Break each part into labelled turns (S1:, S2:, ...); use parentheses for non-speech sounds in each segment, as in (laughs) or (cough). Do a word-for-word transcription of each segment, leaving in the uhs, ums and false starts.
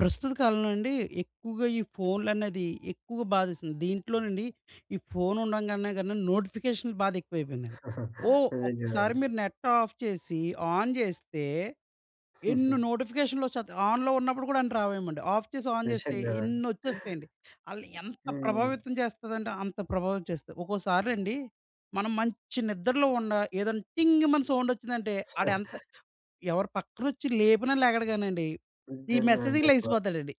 S1: ప్రస్తుత కాలంలో అండి ఎక్కువగా ఈ ఫోన్లు అనేది ఎక్కువ బాధిస్తుంది. దీంట్లోనండి ఈ ఫోన్ ఉండంగానే కన్నా నోటిఫికేషన్లు బాధ ఎక్కువైపోయిందండి. ఓ, ఒక్కసారి
S2: నిజంగానండి.
S1: మీరు నెట్ ఆఫ్ చేసి ఆన్ చేస్తే ఎన్ని నోటిఫికేషన్లు వచ్చేత ఆన్‌లో ఉన్నప్పుడు కూడా అన్ని రావేమోండి. ఆఫ్ చేసి ఆన్ చేస్తే
S2: నిజంగానండి.
S1: ఇన్ని వచ్చేస్తాయండి. ఆళ్ళు ఎంత
S2: హ్మ్.
S1: ప్రభావితం చేస్తదంటే అంత ప్రభావితం చేస్తాయి. ఒక్కోసారండి మనం మంచి నిద్రలో ఉండ ఏదైనా టింగ్ మని సౌండ్ వచ్చిందంటే ఆడెంత ఎవరు పక్కనొచ్చి లేపినా లెగడు గానండి. ఈ
S2: నిజంగా అండి
S1: మెసేజ్‌కి
S2: అసల.
S1: లెగిసిపోతాడండి.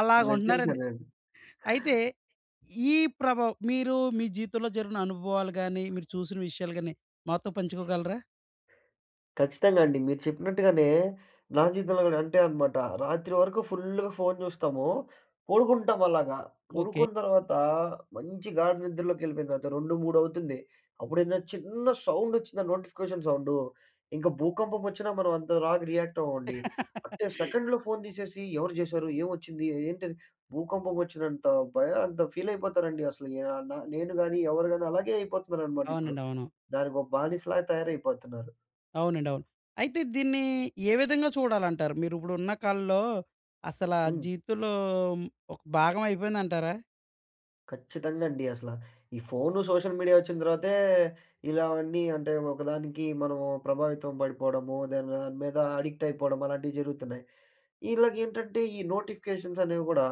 S1: అలాగుంటున్నారండి.
S2: నిజంగానండి.
S1: అయితే ఈ ప్రభావం మీరు మీ జీవితంలో జరిగిన అనుభవాలు గాని, మీరు చూసిన విషయాలు గాని మాతో పంచుకోగలరా?
S2: ఖచ్చితంగా అండి. మీరు చెప్పినట్టుగానే నా జీవితంలో గూడా అంతే అనమాట. రాత్రి వరకు ఫుల్‌గా ఫోను జూస్తాము. పడుకుంటాం అలాగా.
S1: ఓకే.
S2: పడుకున్న తర్వాత మంచి గాఢ నిద్రలోకెళ్ళిపోయిన తర్వాత రెండు, మూడు అవుతుంది. అప్పుడేదో చిన్న సౌండొచ్చింది ఆ నోటిఫికేషన్ సౌండు. ఇంక భూకంపం ఒచ్చినా మనం అంత లాగా రియాక్ట్ అవ్వమండి. అంటే సెకండ్‌లో ఫోను తీసేసి ఎవరు జేశారు? ఏమొచ్చింది? ఏంటిది? భూకంపం ఒచ్చినంత భయ అంత ఫీలయిపోతారండి అసలు. య నా నేను గాని, ఎవరు గాని అలాగే అయిపోతున్నారనమాట ఇప్పుడు.
S1: అవునండి, అవును.
S2: దానికో బానిసలాగా తయారైపోతున్నారు.
S1: అవునండి, అవును. అయితే దీన్ని ఏ విధంగా చూడాలంటారు? మీరిప్పుడు ఉన్న కాలంలో అసల
S2: హ్మ్.
S1: జీవితంలో ఒక భాగం అయిపోయిందంటారా?
S2: ఖచ్చితంగా అండి. అసల ఈ ఫోను, సోషల్ మీడియా వచ్చిన తర్వాతే ఇలావన్నీ అంటే ఒకదానికి మనం ప్రభావితం పడిపోవడము, దాని దాని మీద అడిక్ట్ అయిపోవడం అలాంటివి జరుగుతున్నాయి. ఈళ్ళకేంటంటే ఈ నోటిఫికేషన్స్ అనేవి గూడా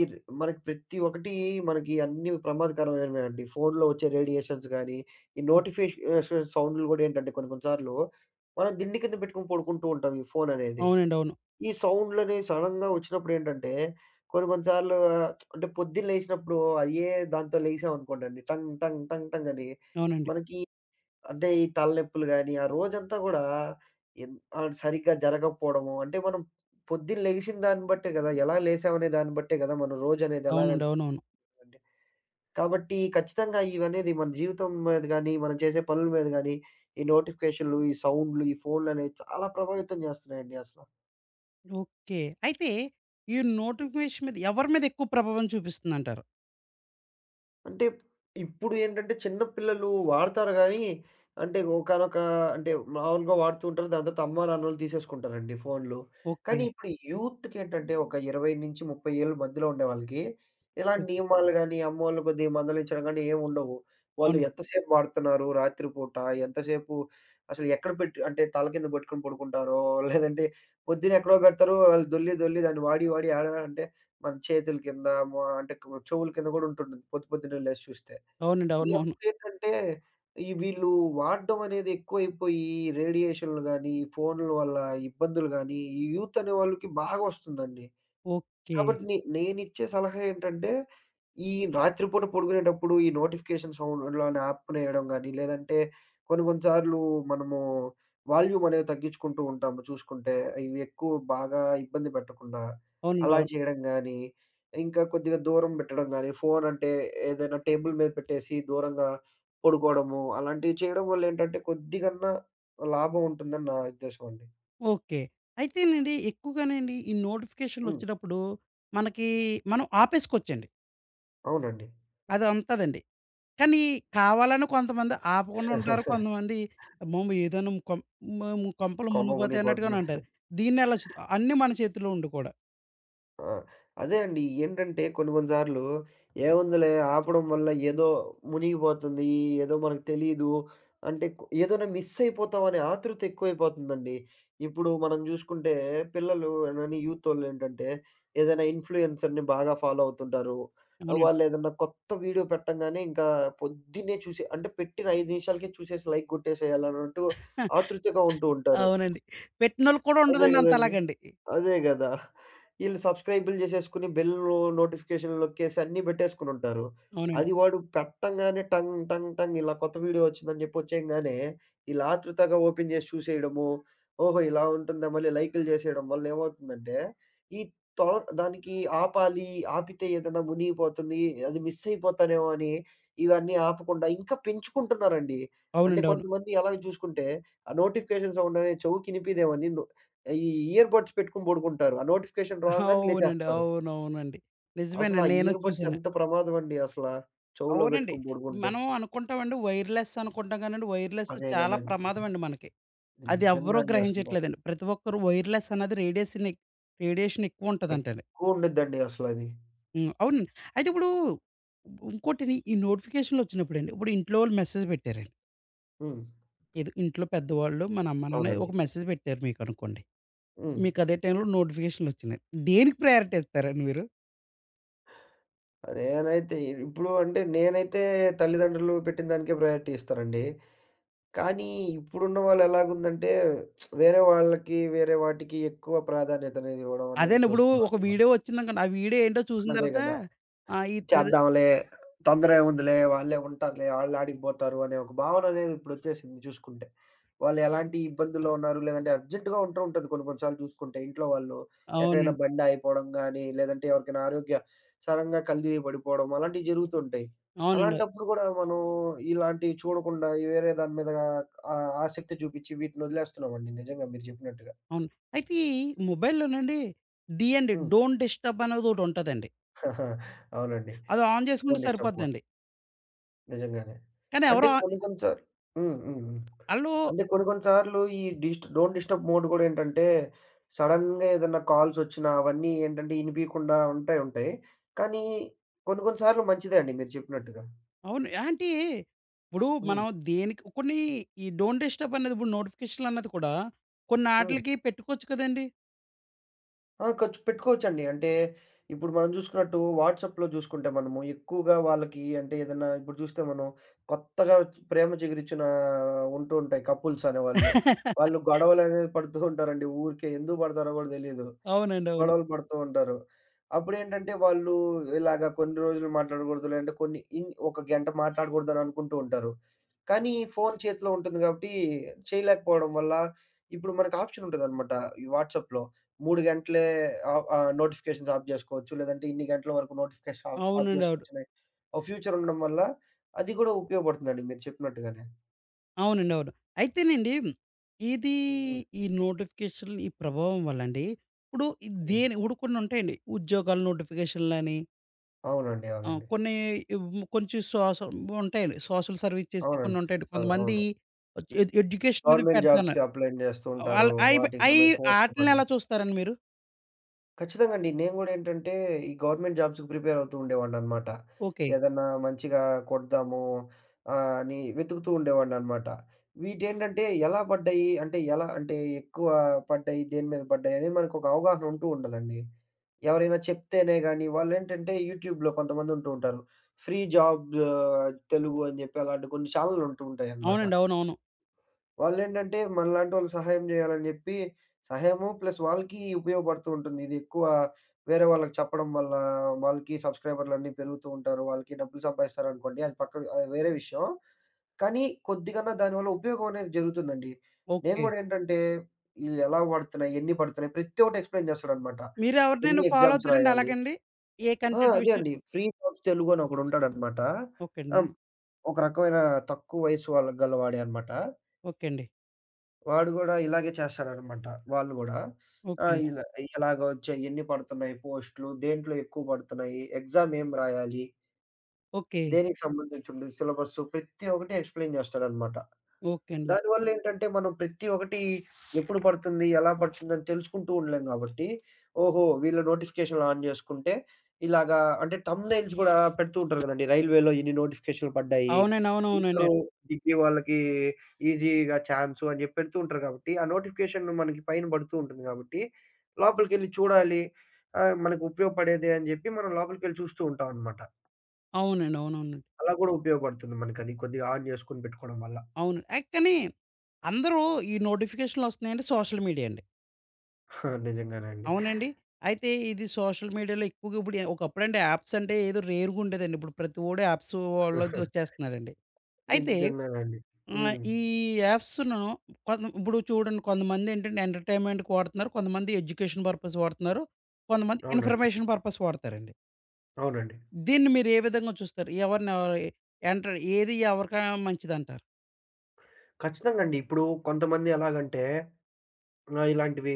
S2: ఈ ర్ మనకి ప్రతి ఒక్కటి మనకి అన్నీ ప్రమాదకరమైనవే అండి. ఫోనులో వచ్చే రేడియేషన్స్ గానీ, ఈ
S1: హ్మ్.
S2: నోటిఫికేషన్ సౌండ్‌లు గూడా ఏంటంటే కొన్ని కొన్ని సార్లు మనం దిండు కింద పెట్టుకొని పడుకుంటూ ఉంటాం ఈ ఫోననేది.
S1: అవునండి, అవును.
S2: ఈ సౌండ్‌లని సడెన్‌గా వచ్చినప్పుడు ఏంటంటే, కొన్ని కొన్ని సార్లు అంటే పొద్దున్న లేసినప్పుడు అయ్యే దాంతో లేసామనుకోండండి టంగ్ టంగ్ టంగ్ టంగ్ అని
S1: అవునండి.
S2: మనకి అంటే ఈ తలనొప్పులు గాని, ఆ రోజంతా గూడా ఎన్ ఆహ్, సరిగ్గా జరగకపోవడము అంటే మనం పొద్దున్న లెగిసిన దాన్ని బట్టే గదా! ఎలా లేసామనే దాన్ని బట్టే గదా! మన రోజనేది ఎలా
S1: అవునండి. అవునవును.
S2: వెళ్తుందండి. కాబట్టి ఖచ్చితంగా ఇవనేది మన జీవితం మీద గాని, మనం చేసే పనుల మీద గాని, ఈ నోటిఫికేషన్‌లు, ఈ సౌండ్‌లు, ఈ ఫోన్‌లనేవి చాలా ప్రభావితం జేస్తున్నాయండి అసల.
S1: ఓకే. అయితే ఈ నోటిఫికేషన్ మీద ఎవరి మీద ఎక్కువ ప్రభావం చూపిస్తుందంటారు?
S2: అంటే ఇప్పుడు ఏంటంటే చిన్న పిల్లలు వాడతారు గానీ, అంటే ఒకానొక అంటే మామూలుగా వాడుతూ ఉంటారు. దాని తర్వాత అమ్మా, నాన్నోళ్ళు తీసేసుకుంటారండి ఫోన్‌లు.
S1: ఓకే.
S2: కానీ ఇప్పుడు యూత్‌కేంటంటే ఒక ఇరవై నుంచి ముప్ఫై ఏళ్ళ మధ్యలో ఉండే వాళ్ళకి, ఇలాంటి
S1: ఓకే.
S2: నియమాలు గానీ, అమ్మోళ్ళు కొద్దిగా మందలించడం గానీ ఏమి ఉండవు. వాళ్ళు
S1: అవును.
S2: ఎంతసేపు వాడుతున్నారు రాత్రి పూట, ఎంతసేపు అసలు ఎక్కడ పెట్టి అంటే తల కింద పెట్టుకొని పడుకుంటారో, లేదంటే పొద్దున ఎక్కడో పెడతారు. వాళ్ళు దొర్లి, దొర్లి దాన్ని వాడి, వాడి ఏడ అంటే మన చేతుల కింద, మో అంటే కు- చెవుల కింద గూడా ఉంటుంటది పొద్దు పొద్దున్నే లేసి చూస్తే.
S1: అవునండి,
S2: ఇగ
S1: అవునవును.
S2: అప్పుడేంటంటే, ఈ వీళ్ళు వాడడం అనేది ఎక్కువైపోయి, రేడియేషన్‌లు గాని, ఈ ఫోన్‌ల వల్ల ఇబ్బందులు గాని, ఈ యూత్ అనే వాళ్ళకి బాగా వస్తుందండి.
S1: ఓకే.
S2: కాబట్టి నే నేనిచ్చే సలహా ఏంటంటే, ఈ రాత్రిపూట పడుకునేటప్పుడు ఈ నోటిఫికేషన్ సౌండ్‌లోని ఆపుకునేయడం గాని, లేదంటే కొన్ని కొన్ని సార్లు మనము వాల్యూమ్ అనేది తగ్గించుకుంటూ ఉంటాము చూసుకుంటే, ఇవి ఎక్కువ బాగా ఇబ్బంది పెట్టకుండా.
S1: అవునండి,
S2: అలా
S1: అవును.
S2: చేయడం గాని, ఇంకా కొద్దిగా దూరం పెట్టడం గాని, ఫోను అంటే ఏదైనా టేబుల్ మీద పెట్టేసి దూరంగా పడుకోవడము, అలాంటివి చేయడం వల్ల ఏంటంటే కొద్దిగన్నా లాభం ఉంటుందని నా ఉద్దేశం అండి.
S1: ఓకే. అయితేనండి ఎక్కువగానండి ఈ
S2: హ్మ్.
S1: నోటిఫికేషన్‌లొచ్చేటప్పుడు మనకి మనం ఆపేసుకోవచ్చండి.
S2: అవునండి.
S1: అది ఉంటదండి. కానీ కావాలని కొంతమంది ఆపకుండా ఉంటారు.
S2: (laughs)
S1: కొంతమంది అమ్మమ్మ! ఏదైనా కొం మేము కొంపలు
S2: కొంప
S1: మునిగిపోతాయి అన్నట్టుగానే
S2: మునిగిపోతుంది.
S1: ఉంటారు. దీన్నెలా చు అన్నీ మన చేతిలో ఉండి కూడా.
S2: ఆ! అదే అండి. ఏంటంటే కొన్ని కొన్ని సార్లు ఏముందిలే ఆపడం వల్ల ఏదో మునిగిపోతుంది. ఏదో మనకు తెలీదు. అంటే కు ఏదైనా మిస్ అయిపోతాం అనే ఆతృత ఎక్కువైపోతుందండి. ఇప్పుడు మనం జూసుకుంటే పిల్లలు గాని యూతోళ్ళేంటంటే ఏదైనా ఇన్‌ఫ్లుయెన్సర్‌ని బాగా ఫాలో అవుతుంటారు.
S1: అవునండి.
S2: వాళ్ళేదన్నా కొత్త వీడియో పెట్టంగానే ఇంకా పొద్దున్నే చూసి అంటే పెట్టిన ఐదు నిమిషాలకే చూసేసి లైక్ గొట్టేసేయాలన్నట్టు
S1: (laughs)
S2: ఆతృతగా ఉంటూ ఉంటారు.
S1: అవునండి. పెట్టినోళ్ళకి కూడా
S2: అదే
S1: ఉండదండి అంత
S2: గదండీ!
S1: అలాగండి.
S2: అదే గదా! ఈళ్ళు సబ్‌స్క్రైబులు జేసేసుకొని బెల్ నో నోటిఫికేషన్ నొక్కేసి అన్నీ బెట్టేసుకొనుంటారు.
S1: అవునండి.
S2: అది వాడు పెట్టంగానే టంగ్ టంగ్ టంగ్ ఇలా కొత్త వీడియో వచ్చిందని జెప్పి వచ్చేయంగానే, ఈళ్ళు ఆత్రుతగా ఓపెన్ జేసి చూసేయడము, ఓహో! ఇలా ఉంటుందా మళ్ళీ లైకులు జేసేయడం వల్ల ఏమవుతుందంటే, ఈ తొ దానికి ఆపాలి, ఆపితే ఏదైనా మునిగిపోతుంది, అది మిస్ అయిపోతానేమో అని ఇవన్నీ ఆపకుండా ఇంకా పెంచుకుంటున్నారండి. అంటే
S1: అవునండి, అవును.
S2: కొంతమంది అలాగే చూసుకుంటే, ఆ నోటిఫికేషన్ సౌండ్ అనేది చెవుకినిపియదేమో అని నొ ఈ ఇయర్ బడ్స్ పెట్టుకొని పడుకుంటారు. ఆ నోటిఫికేషన్ రాంగానే
S1: అవునండి,
S2: లేసేస్తారు.
S1: అవునవునండి.
S2: అసలు ఆ
S1: నిజమేనండి. నేను
S2: ఇయర్ బడ్స్
S1: చూసాను.
S2: ఎంత ప్రమాదం అండి అసల. చెవులో
S1: అవునండి.
S2: పెట్టుకొని పడుకుంటే.
S1: మనం అనుకుంటామండి వైర్‌లెస్ అనుకుంటాం కానండి, వైర్‌లెస్
S2: అదే
S1: చాలా
S2: గదండీ.
S1: ప్రమాదమండి మనకి. అది
S2: నిజంగా
S1: ఎవ్వరూ
S2: అండి అసలు బాబు.
S1: గ్రహించట్లేదండి. ప్రతి ఒక్కరు వైర్‌లెస్ అన్నది రేడియేషన్ ఎక్ రేడియేషన్ ఎక్కువుంటదంటండి.
S2: ఎక్కువ ఉండిద్దండి అసలది.
S1: హ్మ్. అవునండి. అయితే ఇప్పుడు ఇంకోటిని ఈ నోటిఫికేషన్‌లొచ్చినప్పుడండి, ఇప్పుడు ఇంట్లో వాళ్ళు మెసేజ్ పెట్టారండి.
S2: హ్మ్.
S1: ఏదో ఇంట్లో పెద్దవాళ్ళు, మన అమ్మ, నాన్న
S2: అవునండి.
S1: ఒక మెసేజ్ పెట్టారు మీకనుకోండి.
S2: హ్మ్.
S1: మీకు అదే టైంలో నోటిఫికేషన్‌లొచ్చినియి. దేనికి ప్రయారిటీ ఇస్తారండి మీరు?
S2: నేనైతే ఇప్పుడు అంటే నేనైతే తల్లిదండ్రులు పెట్టిన దానికే ప్రయారిటీ ఇస్తానండి. కానీ ఇప్పుడున్న వాళ్ళు ఎలాగుందంటే వేరే వాళ్ళకి, వేరే వాటికి ఎక్కువ ప్రాధాన్యత అనేది ఇవ్వడం అనేది
S1: అదేండి. ఇప్పుడు ఒక
S2: చూస్తున్నామండి మనం.
S1: వీడియో వచ్చిందనుకోండి. ఆ వీడియో ఏంటో చూసిన
S2: అదే
S1: తర్వాత
S2: గదా!
S1: ఆహ్, ఈ తల్లిద
S2: చేద్దాంలే. తొందరేముందిలే వాళ్ళే ఉంటారులే, ఆళ్ళాడికి పోతారు అనే ఒక భావననేది ఇప్పుడొచ్చేసింది చూసుకుంటే. వాళ్ళెలాంటి ఇబ్బందుల్లో ఉన్నారు, లేదంటే అర్జెంట్‌గా ఉంటూ ఉంటది కొన్ని కొన్ని సార్లు చూసుకుంటే ఇంట్లో వాళ్ళు. ఎక్కడైనా
S1: అవునండి.
S2: బండి ఆగిపోవడం గానీ, లేదంటే ఎవరికైనా ఆరోగ్య సరంగా కళ్ళుతిరిగి పడిపోవడం అలాంటియి జరుగుతుంటాయి.
S1: అవునండి,
S2: అలాంటప్పుడు గూడా మనం ఇలాంటివి చూడకుండా ఈ వేరే దాని మీద ఆహ్, ఆసక్తి చూపిచ్చి వీటినొదిలేస్తున్నామండి నిజంగా మీరు చెప్పినట్టుగా.
S1: అవును. అయితే ఈ మొబైల్‌లోనండి డీ అండి
S2: హ్మ్.
S1: డోంట్ డిస్టర్బ్ అనేదోటుంటదండి.
S2: (laughs) అవునండి.
S1: అది ఆన్ చేసుకుంటే
S2: ఫోను డిస్టర్బ్ మోడ్.
S1: సరిపోద్దండి.
S2: నిజంగానే.
S1: కానీ
S2: అంటే
S1: ఎవరు ఆహ్,
S2: కొన్ని కొన్ని సార్లు హ్మ్. హ్మ్. హ్మ్.
S1: ఆళ్ళు
S2: అంటే కొన్ని కొన్ని సార్లు ఈ డిస్ట్ డోంట్ డిస్టర్బ్ మోడ్ గూడా ఏంటంటే, సడెన్‌గా ఏదన్నా కాల్సొచ్చినా అవన్నీ ఏంటంటే, ఇనిపియకుండా ఉంటాయి ఉంటాయి. కానీ కొన్ని కొన్ని సార్లు మంచిదే అండి మీరు చెప్పినట్టుగా.
S1: అవును. అంటే ఇప్పుడు
S2: హ్మ్.
S1: మనం దేనికి కొన్ని ఈ డోంట్ డిస్టర్బ్ అనేది ఇప్పుడు నోటిఫికేషన్‌లన్నది కూడా
S2: హ్మ్.
S1: కొన్నాటిలికి పెట్టుకోవచ్చు కదండీ!
S2: ఆ! ఖర్చు పెట్టుకోవచ్చండి. అంటే ఇప్పుడు మనం చూసుకున్నట్టు వాట్సాప్‌లో చూసుకుంటే మనము ఎక్కువగా వాళ్ళకి అంటే ఏదన్నా ఇప్పుడు చూస్తే మనం కొత్తగా ప్రేమ చిగురిచ్చిన ఉంటూ ఉంటాయి కపుల్స్ అనేవాళ్ళు. వాళ్ళు
S1: (laughs)
S2: గొడవలనేది పడుతూ ఉంటారండి ఊరికే. ఎందుకు పడతారో కూడా తెలీదు.
S1: అవునండి, అవును.
S2: గొడవలు పడుతూ ఉంటారు. అప్పుడేంటంటే వాళ్ళు ఇలాగ కొన్ని రోజులు మాట్లాడకూడదు, లేదంటే కొన్ని ఇన్ ఒక గంట మాట్లాడకూడదని అనుకుంటూ ఉంటారు. కానీ ఫోను చేతిలో ఉంటుంది గాబట్టి, చేయలేకపోవడం వల్ల ఇప్పుడు మనకు ఆప్షన్ ఉంటదనమాట ఈ వాట్సాప్‌లో. మూడు గంటలే ఆహ్, ఆహ్, నోటిఫికేషన్స్ ఆఫ్ జేసుకోవచ్చు. లేదంటే ఇన్ని గంటల వరకు నోటిఫికేషన్ ఆఫ్ ఆఫ్
S1: అవునండి, అవును.
S2: జేసుకోవచ్చనే ఒక ఫ్యూచర్ ఉండడం వల్ల అది గూడా ఉపయోగపడుతుందండి మీరు చెప్పినట్టుగానే.
S1: అవునండి, అవును. అయితేనండి ఇది
S2: హ్మ్.
S1: ఈ నోటిఫికేషన్‌లు ఈ ప్రభావం వల్లండి ఇప్పుడు ఈ
S2: హ్మ్.
S1: దేని ఇప్పుడు కొన్ని ఉంటాయండి. ఉద్యోగాల నోటిఫికేషన్‌లని
S2: అవునండి.
S1: ఆహ్,
S2: అవునండి.
S1: కొన్ని ఇవ్ కొంచెం సోష ఉంటాయండి. సోషల్ సర్వీస్ చేసి కొన్ని
S2: అవునండి.
S1: ఉంటాయండి.
S2: సో
S1: కొంతమంది
S2: అవును.
S1: ఎడ్ ఎడ్యుకేషన్ మీద
S2: గవర్నమెంట్ జాబ్స్‌కి
S1: పెడతన్నారు.
S2: అప్లైన్ జేస్తూ ఉంటారు.
S1: వాళ్ళు అయి
S2: వాటికి
S1: అయి
S2: సంబంధ పోస్టులు
S1: ఆటిల్ని ఎలా
S2: పడ్డాయి.
S1: చూస్తారండి మీరు?
S2: ఖచ్చితంగా అండి. నేను గూడా ఏంటంటే, ఈ గవర్నమెంట్ జాబ్స్‌కి ప్రిపేర్ అవుతూ ఉండేవాడిననమాట.
S1: ఓకే.
S2: ఏదన్నా మంచిగా కొడదాము ఆహ్, అని వెతుకుతూ ఉండేవాడిననమాట. వీటేంటంటే ఎలా పడ్డాయి, అంటే ఎలా అంటే ఎక్కువ పడ్డాయి, దేని మీద పడ్డాయి అనేది మనకొక అవగాహన ఉంటూ ఉండదండి. ఎవరైనా చెప్తేనే గానీ వాళ్ళేంటంటే యూట్యూబ్‌లో కొంతమంది ఉంటూ ఉంటారు. ఫ్రీ జాబ్ తెలుగు అని జెప్పి అలాంటి కొన్ని ఛానెల్‌లు ఉంటూ ఉంటాయన్నమాట.
S1: అవునండి, అవునవును.
S2: వాళ్ళేంటంటే మనలాంటోళ్ళు సహాయం జేయాలని జెప్పి, సహాయము ప్లస్ వాళ్ళకి ఉపయోగపడుతూ ఉంటుంది. ఇదెక్కువ వేరే వాళ్ళకి చెప్పడం వల్ల వాళ్ళకి సబ్‌స్క్రైబర్‌లన్నీ పెరుగుతూ ఉంటారు. వాళ్ళకి డబ్బులు సంపాదిస్తారనుకోండి. అది పక్కన అది వేరే విషయం. కానీ కొద్దిగన్నా దానివల్ల ఉపయోగం అనేది జరుగుతుందండి. నేను
S1: ఓకే.
S2: గూడా ఏంటంటే, ఇవి ఎలా పడుతున్నాయి, ఎన్ని పడుతున్నాయి ప్రతి ఒక్కటి ఎక్స్‌ప్లెయిన్ చేస్తాడనమాట.
S1: మీరు ఎవరినైనా
S2: ఎన్ని
S1: ఫాలో
S2: ఎగ్జామ్స్
S1: అవుతారండి
S2: రాయాలి
S1: అలాగండి? ఏ
S2: ఆ!
S1: కంటెంట్
S2: అదే
S1: విషయం
S2: అండి. ఫ్రీ కోర్స్ తెలుగు అని ఒకడుంటాడనమాట.
S1: ఓకే అండి.
S2: ఆహ్, ఒక రకమైన తక్కువ వయసు వాళ్ళకి గలవాడే అనమాట.
S1: ఓకే అండి.
S2: వాడు గూడా ఇలాగే చేస్తాడనమాట. వాళ్ళు గూడా.
S1: ఓకే
S2: ఆహ్, ఓకే.
S1: అండి.
S2: ఇలా ఎలాగా వచ్చాయి, ఎన్ని పడుతున్నాయి పోస్టులు, దేంట్లో ఎక్కువ పడుతున్నాయి, ఎగ్జామ్ ఏం రాయాలి,
S1: ఓకే.
S2: దేనికి సంబంధించి ఉంటుంది సిలబస్సు ప్రతి ఒక్కటి ఎక్స్‌ప్లెయిన్ చేస్తాడనమాట.
S1: ఓకే అండి.
S2: దానివల్లేంటంటే, మనం ప్రతి ఒక్కటి ఎప్పుడు పడుతుంది, ఎలా పడుతుందని తెలుసుకుంటూ ఉండలేం గాబట్టి, ఓహో! వీళ్ళ నోటిఫికేషన్‌లు ఆన్ జేసుకుంటే, ఇలాగా అంటే థంబ్‌నెయిల్స్ గూడా పెడుతూ ఉంటారు గదండీ. రైల్వేలో ఇన్ని నోటిఫికేషన్‌లు పడ్డాయి.
S1: అవునండి, అవునవునండి.
S2: ఇంటరు, డిగ్రీ వాళ్ళకి ఈజీగా ఛాన్సు అని జెప్పి పెడుతూ ఉంటారు గాబట్టి, ఆ నోటిఫికేషన్ మనకి పైన బడుతూ ఉంటుంది గాబట్టి, లోపలికెళ్లి చూడాలి. ఆహ్, మనకు ఉపయోగపడేదే అని జెప్పి మనం లోపలికెళ్లి చూస్తూ ఉంటామనమాట.
S1: అవునండి, అవునవునండి.
S2: అలా గూడా ఉపయోగపడుతుంది మనకది కొద్దిగా ఆన్ జేసుకొని పెట్టుకోవడం వల్ల.
S1: అవును. ఆహ్, కానీ అందరూ ఈ నోటిఫికేషన్‌లొస్తున్నాయంటే సోషల్ మీడియా అండి.
S2: (laughs) నిజంగానే
S1: అవునండి. అయితే ఇది సోషల్ మీడియాలో ఎక్కువగా ఇప్పుడు ఎ ఒకప్పుడంటే యాప్స్ అంటే ఏదో రేర్‌గుండేదండి. ఇప్పుడు ప్రతివోడు యాప్స్
S2: అండి.
S1: వోళ్ళదొచ్చేస్తున్నాడండి. అయితే
S2: నిజంగానండి.
S1: ఆహ్,
S2: హ్మ్.
S1: ఈ యాప్స్‌ను కొంత ఇప్పుడు చూడండి కొంతమందేంటంటే ఎంటర్‌టైన్‌మెంట్‌కి వాడుతున్నారు. కొంతమంది ఎడ్యుకేషన్ పర్పస్ వాడుతున్నారు. కొంతమంది
S2: అవునండి.
S1: ఇన్ఫర్మేషన్ పర్పస్ వాడతారండి.
S2: అవునండి.
S1: దీన్ని మీరు ఏ విధంగా చూస్తారు? ఎవరిని ఎవరు ఎంటర్ ఏది ఎవరికైనా మంచిదంటారు?
S2: ఖచ్చితంగా అండి. ఇప్పుడు కొంతమంది ఎలాగంటే ఆహ్, ఇలాంటివి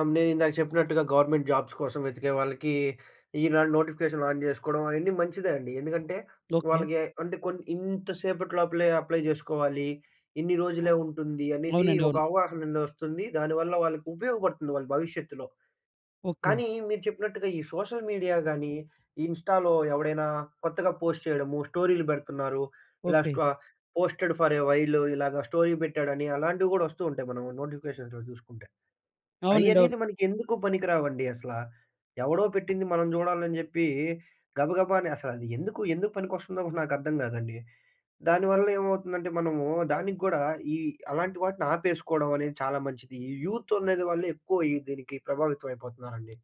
S2: ఆహ్, నేనిందాక చెప్పినట్టుగా గవర్నమెంట్ జాబ్స్ కోసం వెతికే వాళ్ళకి ఇలాంటి నోటిఫికేషన్‌లు ఆన్ జేసుకోవడం అయన్నీ మంచిదే అండి. ఎందుకంటే
S1: ఓకే.
S2: వాళ్ళకి అంటే కొన్ని ఇంత సేపటి లోపలే అప్లై జేసుకోవాలి. ఇన్ని రోజులే ఉంటుంది అనేది
S1: అవునండి,
S2: ఒక
S1: అవును.
S2: అవగాహననేది వస్తుంది. దానివల్ల వాళ్ళకి ఉపయోగపడుతుంది వాళ్ళ భవిష్యత్తులో.
S1: ఓకే.
S2: కానీ మీరు చెప్పినట్టుగా ఈ సోషల్ మీడియా గానీ, ఇన్‌స్టాలో ఎవడైనా కొత్తగా పోస్ట్ చేయడము, స్టోరీలు పెడుతున్నారు. ఇలా
S1: ఓకే.
S2: స్టో పోస్టెడ్ ఫర్ ఎ వైల్ ఇలాగ స్టోరీ పెట్టాడని అలాంటివి గూడా వస్తూ ఉంటాయి మనం నోటిఫికేషన్స్‌లో చూసుకుంటే.
S1: అవునండి, అవును.
S2: అయనేది మనకెందుకు పనికిరావండి అసల. ఎవడో పెట్టింది మనం చూడాలని చెప్పి గబగబా అని అసలది ఎందుకు, ఎందుకు పనికొస్తుందో కూడా నాకర్థం కాదండి. దానివల్ల ఏమవుతుందంటే మనము దానికి గూడా ఈ అలాంటి వాటిని ఆపేసుకోవడం అనేది చాలా మంచిది. ఈ యూత్ అనేది వాళ్ళు ఎక్కువ ఈ దీనికి ప్రభావితం అయిపోతున్నారండి.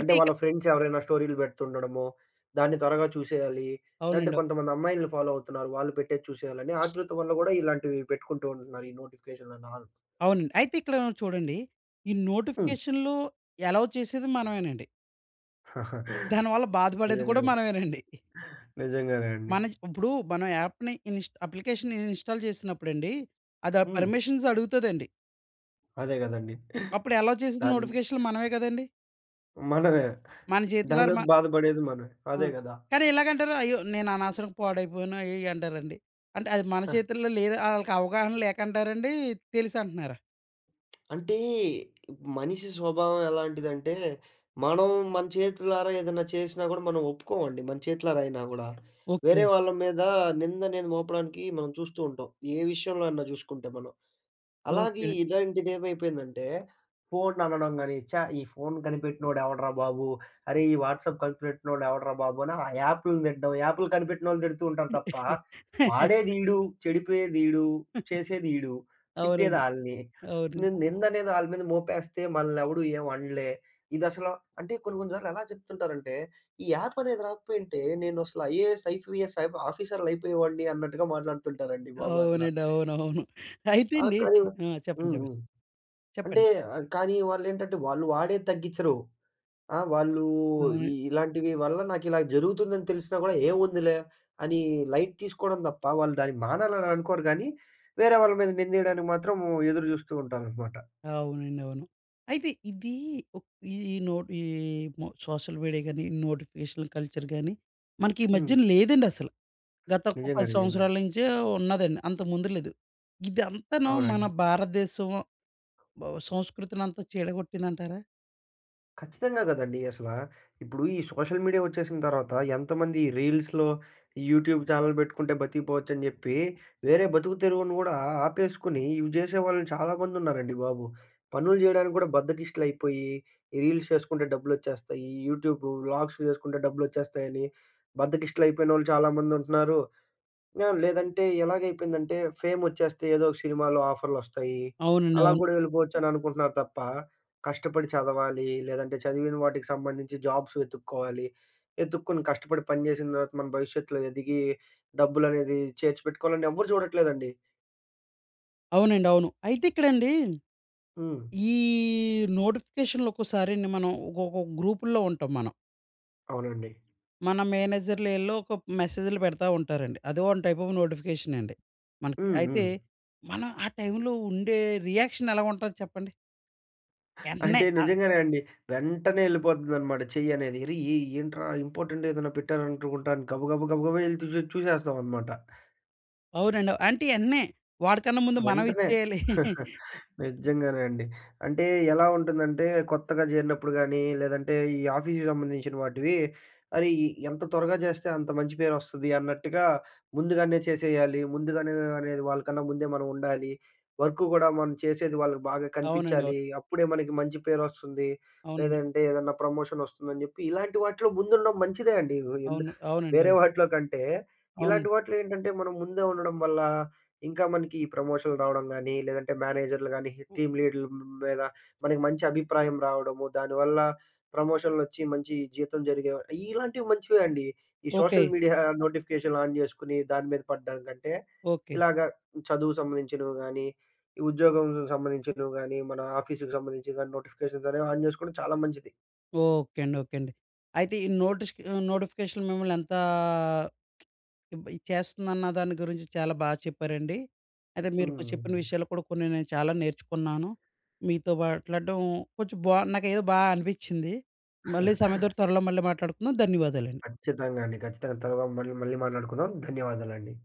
S2: అంటే వాళ్ళ
S1: ఇక్కడ
S2: ఫ్రెండ్స్ ఎవరైనా స్టోరీలు పెడుతుండడమో, దాన్ని త్వరగా చూసేయాలి. అంటే
S1: అవునండి.
S2: కొంతమంది అమ్మాయిల్ని ఫాలో అవుతున్నారు. వాళ్ళు పెట్టేది చూసేయాలని ఆతృత వల్ల గూడా ఇలాంటివి పెట్టుకుంటూ ఉంటున్నారు. ఈ నోటిఫికేషన్‌లని ఆన్.
S1: అవునండి. అయితే ఇక్కడ చూడండి. ఈ
S2: హ్మ్.
S1: నోటిఫికేషన్‌లు అలౌ చేసేది మనమేనండి.
S2: (laughs)
S1: దానివల్ల బాధపడేది కూడా
S2: నిజంగానే.
S1: మనమేనండి.
S2: నిజంగానే అండి.
S1: మన ఇప్పుడు మనం యాప్‌ని ఇన్స్ అప్లికేషన్ ఇన్‌స్టాల్ చేసినప్పుడండి. అది
S2: హ్మ్.
S1: పర్మిషన్స్ అడుగుతదండి.
S2: అదే గదండీ.
S1: అప్పుడు అలౌ చేసేది
S2: దాన్ని
S1: నోటిఫికేషన్‌లు మనమే కదండీ!
S2: మనమే.
S1: మన
S2: దాని
S1: చేతులారా
S2: తర్వాత
S1: మ
S2: బాధపడేది మనమే.
S1: ఆ!
S2: అదే గదా!
S1: కానీ ఎలాగంటారు? అయ్యో! నేను అనవసరంగా పాడైపోయాను అయ్యి ఇయ్యి అంటారండి. అంటే అది మన చేతుల్లో లేదు ఆళ్ళకి అవగాహన లేక అంటారండి? తెలిసి అంటున్నారా?
S2: అంటే, మనిషి స్వభావం ఎలాంటిదంటే, మనం మన చేతులారా ఏదన్నా చేసినా గూడా మనం ఒప్పుకోమండి. మన చేతులారా అయినా గూడా. హ్మ్.
S1: ఓకే.
S2: వేరే వాళ్ళ మీద నిందనేది మోపడానికి మనం చూస్తూ ఉంటాం. ఏ విషయంలో అన్నా జూసుకుంటే మనం. అలాగే
S1: ఓకే.
S2: ఇలాంటిదేమైపోయిందంటే, ఫోను అనడం గాని, ఛా! ఈ ఫోను కనిపెట్టినోడు ఎవడురా బాబు! అరే! ఈ వాట్సాప్ కనిపెట్టినోడు ఎవడురా బాబు! అని ఆ యాప్‌లని తిట్టడం. యాప్‌లు కనిపెట్టినోళ్ళని తిడుతూ ఉంటారు తప్ప,
S1: (laughs)
S2: వాడేదీడు, చెడిపోయేదీడు, చేసేదీడు,
S1: అవునండి.
S2: తిట్టేదాళ్ళని.
S1: అవునండి.
S2: ని నిందనేది ఆళ్ళ మీద మోపేస్తే మనల్నెవడు ఏం అనలే. ఇదసల అంటే కొన్ని కొన్ని సార్లు ఎలా చెప్తుంటారంటే, ఈ యాప్ అనేది రాకపోయుంటే నేనసల ఐఏఎస్, ఐపీఎస్, ఐబ్ ఆఫీసర్‌లయిపోయేవాడిని అన్నట్టుగా మాట్లాడుతుంటారండి బాబు అసల.
S1: అవునండి, అవునవును. అయితే
S2: ఆ!
S1: అండి
S2: కానీ
S1: ఆ! చెప్పండి,
S2: హ్మ్.
S1: చెప్పండి.
S2: హ్మ్. అంటే
S1: చెప్పండి.
S2: ఆహ్, కానీ వాళ్ళేంటంటే వాళ్ళు వాడేది తగ్గిచ్చరు. ఆ! వాళ్ళు
S1: అవును.
S2: ఈ ఇలాంటివి వల్ల నాకిలా జరుగుతుందని తెలిసినా గూడా ఏముందిలే అని లైట్ తీసుకోవడం తప్ప, వాళ్ళు దాన్ని మానాలని అనుకోరు గానీ, వేరే వాళ్ళ మీద నిందేయడానికి మాత్రం ఎదురు జూస్తూ ఉంటారనమాట.
S1: అవునండి, అవును. అయితే ఇది ఒక్ ఈ ఈ నోట్ ఈ మొ సోషల్ మీడియా గాని, ఈ నోటిఫికేషన్ కల్చర్ గాని, మనకి ఈ
S2: హ్మ్.
S1: మధ్యన లేదండి అసలు. గత ఒక
S2: నిజంగా.
S1: పది
S2: నిజంగా.
S1: సంవత్సరాల నుంచే ఉన్నదండి. అంతకుముందు లేదు. ఇదంతాను మన
S2: అవునండి.
S1: భారతదేశం బ సంస్కృతినంతా చీడగొట్టిందంటారా?
S2: ఖచ్చితంగా కదండీ అసల. ఇప్పుడు ఈ సోషల్ మీడియా వచ్చేసిన తర్వాత ఎంతమంది రీల్స్‌లో, యూట్యూబ్ ఛానెల్ పెట్టుకుంటే బతికిపోవచ్చని చెప్పి, వేరే బతుకు తెరువును గూడా ఆపేసుకొని ఇవి చేసేవాళ్ళు చాలా మందున్నారండి బాబు. పనులు జేయడానికి గూడా బద్ధకిష్టులైపోయి, ఈ రీల్స్ చేసుకుంటే డబ్బులొచ్చేస్తాయి, యూట్యూబ్ వ్లాగ్స్ చేసుకుంటే డబ్బులొచ్చేస్తాయని బద్ధకిష్టులైపోయినోళ్ళు చాలా మందుంటున్నారు. ఆ! లేదంటే ఎలాగైపోయిందంటే ఫేమొచ్చేస్తే ఏదో ఒక సినిమాలో ఆఫర్‌లొస్తాయి.
S1: అవునండి,
S2: అలా
S1: అవును.
S2: గూడా వెళ్ళిపోవచ్చననుకుంటున్నారు తప్ప, కష్టపడి చదవాలి, లేదంటే చదివిన వాటికి సంబంధించి జాబ్స్ వెతుక్కోవాలి. వెతుక్కొని కష్టపడి పని చేసిన తర్వాత మన భవిష్యత్తులో ఎదిగి డబ్బులనేది చేర్చి పెట్టుకోవాలని ఎవ్వరు చూడట్లేదండి.
S1: అవునండి, అవును. అయితే ఇక్కడండి
S2: హ్మ్.
S1: ఈ నోటిఫికేషన్‌లు ఒక్కోసారండి మనం ఒక్కొక్క గ్రూపుల్లో ఉంటాం మనం.
S2: అవునండి.
S1: మన మేనేజర్‌లు ఈళ్ళు ఒక మెసేజ్‌లు పెడతా ఉంటారండి. అది వన్ టైప్ ఆఫ్ నోటిఫికేషన్ అండి మనకి.
S2: హ్మ్.
S1: అయితే
S2: హ్మ్.
S1: మనం ఆ టైంలో ఉండే రియాక్షన్ ఎలా ఉంటది చెప్పండి? వెంటనే
S2: అంటే
S1: ఆహ్,
S2: నిజంగానే అండి. వెంటనే వెళ్ళిపోతుందనమాట చెయ్యనేది. అరె! ఏ ఏంట్రా ఇంపార్టెంట్ ఏదైనా పెట్టారనుకుంటాను గబగబా గబగబా ఎళ్లి చూసే చూసేస్తామనమాట.
S1: అవునండి. అంటే ఎన్నే వాడికన్నా ముందు మనం
S2: వెంటనే.
S1: ఇచ్చేయాలి.
S2: (laughs) నిజంగానే అండి. అంటే ఎలా ఉంటుందంటే కొత్తగా చేరినప్పుడు గాని, లేదంటే ఈ ఆఫీస్‌కి సంబంధించిన వాటివి, అరే! ఈ- ఎంత త్వరగా చేస్తే అంత మంచి పేరొస్తది అన్నట్టుగా ముందుగానే చేసేయాలి. ముందుగానే అనేది వాళ్ళకన్నా ముందే మనం ఉండాలి. వర్క్ కూడా మనం చేసేది వాళ్ళకి బాగా
S1: అవునండి, అవును.
S2: కనిపించాలి. అప్పుడే మనకి మంచి పేరొస్తుంది.
S1: అవునండి,
S2: లేదంటే ఏదన్నా ప్రమోషన్ వస్తుందని చెప్పి ఇలాంటి వాటిలో ముందుండడం మంచిదే అండి. ఎందు
S1: అవును. అవునండి,
S2: వేరే
S1: అవును.
S2: వాటిలో కంటే ఇలాంటి
S1: అవునండి.
S2: వాటిలో ఏంటంటే మనం ముందే ఉండడం వల్ల ఇంకా మనకి ఈ ప్రమోషన్‌లు రావడం గానీ, లేదంటే మేనేజర్‌లు గానీ,
S1: ఓ
S2: టీమ్ లీడ్‌ల మీద మనకి మంచి అభిప్రాయం రావడము, దానివల్ల ప్రమోషన్‌లొచ్చి మంచి జీతం జరిగే ఇలాంటివి మంచివే అండి. ఈ
S1: ఓకే.
S2: సోషల్ మీడియా నోటిఫికేషన్‌లు ఆన్ జేసుకొని దాని మీద పడ్డం కంటే,
S1: ఓకే.
S2: ఇలాగ చదువు సంబంధించినవి గానీ, ఈ ఉద్యోగం సంబంధించినవి గానీ, మన ఆఫీస్‌కి సంబంధించినవి గానీ, నోటిఫికేషన్స్ అనేవి ఆన్ జేసుకోవడం చాలా మంచిది.
S1: ఓకే అండి. ఓకే అండి. అయితే ఈ నోటిష్ నోటిఫికేషన్‌లు మిమ్మల్ని ఎంతా ఇబ్ ఇది చేస్తుందన్న దాని గురించి చాలా బాగా చెప్పారండి. అయితే మీరు కు చెప్పిన
S2: హ్మ్.
S1: విషయాలు కూడా కొన్ని నేను చాలా నేర్చుకున్నాను. మీతో మాట్లాడడం కొంచెం బా నాకేదో బా అనిపిచ్చింది. మళ్ళీ సమయం దొరికితే
S2: (laughs)
S1: త్వరలో మళ్ళీ మాట్లాడుకుందాం. ధన్యవాదాలండి.
S2: ఖచ్చితంగా అండి. ఖచ్చితంగా. తర్వా మళ్ళీ మళ్ళీ మాట్లాడుకుందాం. ధన్యవాదాలండి.